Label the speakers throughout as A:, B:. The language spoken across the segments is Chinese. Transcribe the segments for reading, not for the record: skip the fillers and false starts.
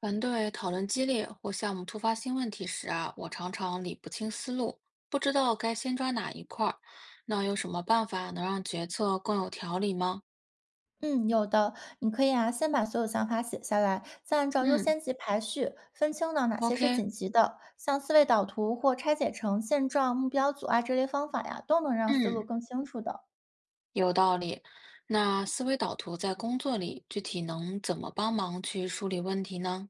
A: 团队讨论激烈或项目突发新问题时啊，我常常理不清思路，不知道该先抓哪一块儿。那有什么办法能让决策更有条理吗？
B: 嗯，有的，你可以啊，先把所有想法写下来，再按照优
A: 嗯
B: 先级排序，分清呢哪些是
A: ，OK，
B: 紧急的。像思维导图或拆解成现状、目标、阻碍这类方法呀，都能让思
A: 嗯，
B: 路更清楚的。
A: 有道理。那思维导图在工作里具体能怎么帮忙去梳理问题呢？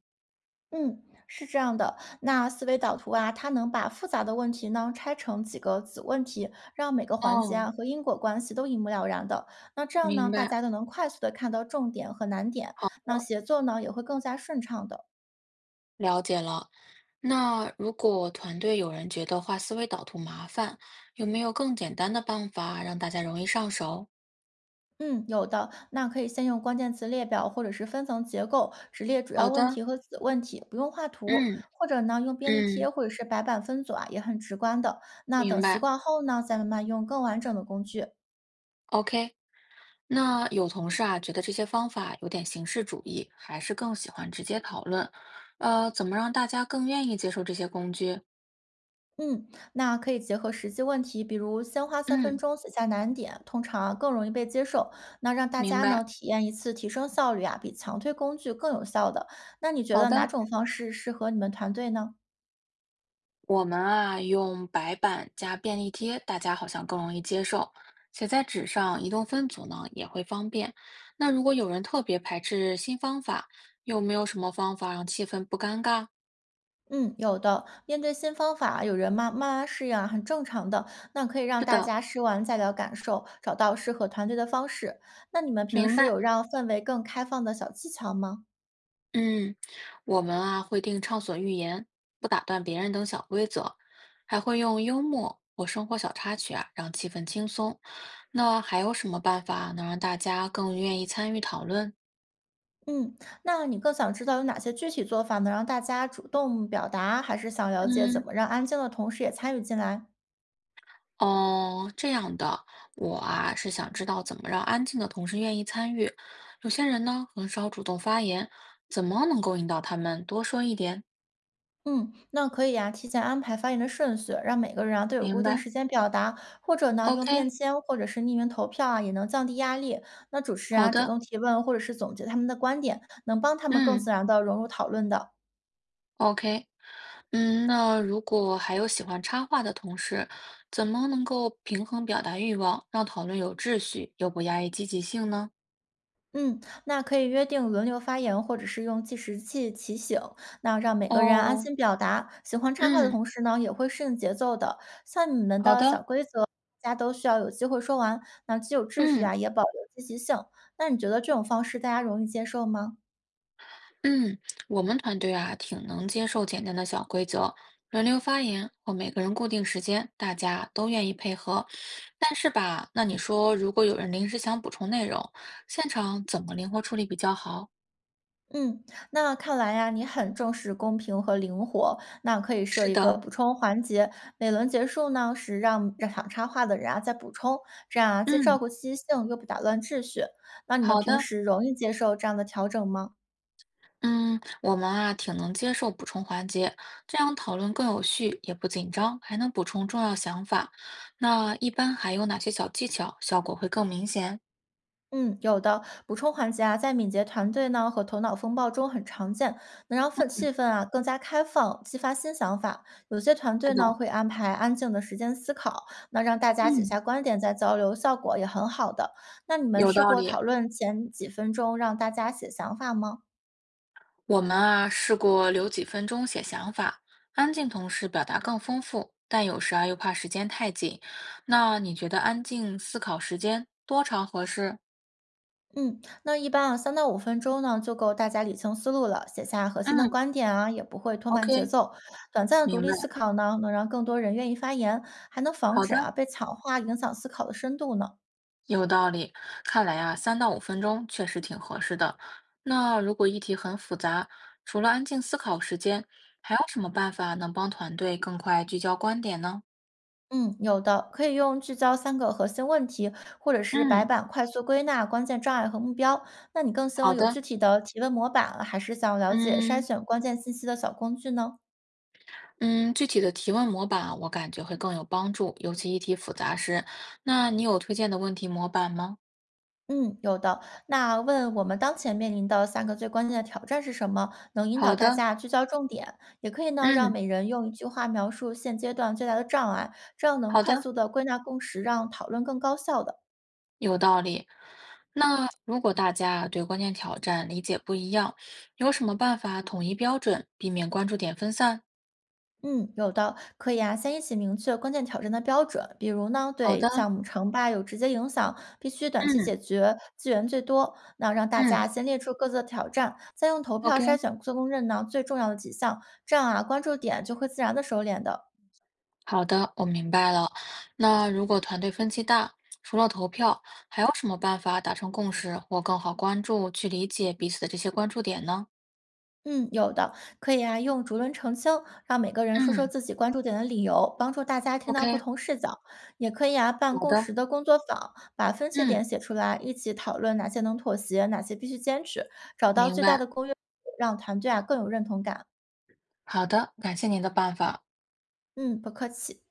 B: 嗯，是这样的。那思维导图啊，它能把复杂的问题呢拆成几个子问题，让每个环节
A: 哦，
B: 啊和因果关系都一目了然的。那这样
A: 明
B: 呢，大
A: 白，
B: 家都能快速的看到重点和难点，
A: 好，
B: 那协作呢也会更加顺畅的。
A: 了解了。那如果团队有人觉得画思维导图麻烦，有没有更简单的办法让大家容易上手？
B: 嗯，有的。那可以先用关键词列表或者是分层结构，只列主
A: 好
B: 要问
A: 的，
B: 题和子问题，不用画图。
A: 嗯。
B: 或者呢，用便利贴
A: 嗯，
B: 或者是白板分组啊，也很直观的。那
A: 明
B: 等习
A: 白。
B: 惯后呢，再慢慢用更完整的工具。
A: OK，那有同事啊，觉得这些方法有点形式主义，还是更喜欢直接讨论。怎么让大家更愿意接受这些工具？
B: 嗯，那可以结合实际问题，比如先花三分
A: 嗯，
B: 钟写下难点，通常啊更容易被接受。那让大
A: 明
B: 家
A: 白。
B: 呢体验一次提升效率啊，比强推工具更有效的。那你觉
A: 好
B: 得哪
A: 的，
B: 种方式适合你们团队呢？
A: 我们啊，用白板加便利贴，大家好像更容易接受。写在纸上，移动分组呢也会方便。那如果有人特别排斥新方法，有没有什么方法让气氛不尴尬？
B: 嗯，有的。面对新方法，有人慢慢适应啊，很正常的。那可以让
A: 是
B: 大
A: 的，
B: 家试完再聊感受，找到适合团队的方式。那你们平
A: 明
B: 时
A: 白。
B: 有让氛围更开放的小技巧吗？
A: 嗯，我们啊会定畅所欲言，不打断别人等小规则，还会用幽默或生活小插曲啊，让气氛轻松。那还有什么办法能让大家更愿意参与讨论？
B: 嗯，那你更想知道有哪些具体做法能让大家主动表达，还是想了解怎
A: 嗯，
B: 么让安静的同时也参与进来？
A: 哦，这样的，我啊是想知道怎么让安静的同事愿意参与。有些人呢很少主动发言，怎么能够引导他们多说一点？
B: 嗯，那可以呀、提前安排发言的顺序，让每个人啊都有
A: 明
B: 固定
A: 白
B: 时间表达，或者呢用
A: ？OK，
B: 便签或者是匿名投票啊，也能降低压力。那主持人
A: 好
B: 啊主
A: 的，
B: 动提问或者是总结他们的观点，能帮他们更
A: 嗯。
B: 自然的融入讨论的。
A: OK，嗯，那如果还有喜欢插画的同事，怎么能够平衡表达欲望，让讨论有秩序，又不压抑积极性呢？
B: 嗯，那可以约定轮流发言，或者是用计时器提醒，那让每个人安
A: 哦，
B: 心表达。喜欢插话的
A: 嗯，
B: 同时呢，也会适应节奏的。像你们
A: 好
B: 的
A: 的，
B: 小规则，大家都需要有机会说完。那既有秩序
A: 嗯
B: 啊，也保留积极性。那你觉得这种方式大家容易接受吗？
A: 嗯，我们团队啊，挺能接受简单的小规则，轮流发言或每个人固定时间，大家都愿意配合。但是吧，那你说如果有人临时想补充内容，现场怎么灵活处理比较好？
B: 嗯，那看来呀，你很重视公平和灵活，那可以设
A: 是
B: 一个
A: 的，
B: 补充环节，每轮结束呢是让想插话的人啊再补充，这样啊既
A: 嗯，
B: 照顾积极性又不打乱秩序。那你们
A: 好
B: 平
A: 的。
B: 时容易接受这样的调整吗？
A: 嗯，我们啊挺能接受补充环节，这样讨论更有序，也不紧张，还能补充重要想法。那一般还有哪些小技巧，效果会更明显？
B: 嗯，有的补充环节啊，在敏捷团队呢和头脑风暴中很常见，能让气氛啊更加开放，激发新想法。有些团
A: 是
B: 队
A: 的，
B: 呢会安排安静的时间思考，那让大家写
A: 嗯，
B: 下观点再交流，效果也很好的。那你们
A: 有
B: 试
A: 道
B: 过
A: 理。
B: 讨论前几分钟让大家写想法吗？
A: 我们啊试过留几分钟写想法，安静同时表达更丰富，但有时啊又怕时间太紧。那你觉得安静思考时间多长合适？
B: 嗯，那一般啊，3到5分钟呢就够大家理清思路了，写下核心
A: 嗯
B: 的观点啊，也不会拖慢节
A: ，OK，
B: 奏。短暂的
A: 明
B: 独立思
A: 白。
B: 考呢，能让更多人愿意发言，还能防
A: 好
B: 止
A: 的。
B: 啊被强化影响思考的深度呢。
A: 有道理，看来啊，3到5分钟确实挺合适的。那如果议题很复杂，除了安静思考时间，还有什么办法能帮团队更快聚焦观点呢？
B: 嗯，有的可以用聚焦3个核心问题，或者是白
A: 嗯，
B: 板快速归纳关键障碍和目标。那你更希望
A: 好
B: 有
A: 的，
B: 具体的提问模板，还是想了解筛
A: 嗯
B: 选关键信息的小工具呢？
A: 嗯，具体的提问模板我感觉会更有帮助，尤其议题复杂时。那你有推荐的问题模板吗？
B: 嗯，有的。那问我们当前面临的3个最关键的挑战是什么，能引导
A: 好
B: 大
A: 的，
B: 家聚焦重点，也可以呢让
A: 嗯，
B: 每人用1句话描述现阶段最大的障碍，这样能
A: 好
B: 快
A: 的。
B: 速的归纳共识，让讨论更高效的。
A: 有道理。那如果大家啊对关键挑战理解不一样，有什么办法统一标准，避免关注点分散？
B: 嗯，有的，可以啊，先一起明确关键挑战的标准，比如呢，
A: 好
B: 对
A: 的，
B: 项目成败有直接影响，必须短期
A: 嗯
B: 解决，资源最多。那让大
A: 嗯
B: 家先列出各自的挑战，再用投票筛
A: ，OK，
B: 选最公认呢最重要的几项，这样啊，关注点就会自然的收敛的。
A: 好的，我明白了。那如果团队分歧大，除了投票，还有什么办法达成共识或更好关注去理解彼此的这些关注点呢？
B: 嗯，有的，可以啊，用逐轮澄清，让每个人说说
A: 嗯
B: 自己关注点的理由，帮助大家听到不
A: ，OK，
B: 同视角。也可以啊，办
A: 好
B: 共识
A: 的，
B: 的工作坊，把分歧
A: 嗯，
B: 点写出来，一起讨论哪些能妥协，哪些必须坚持，找到
A: 明
B: 最大
A: 白，
B: 的公约数让团队啊更有认同感。
A: 好的，感谢您的办法。
B: 嗯，不客气。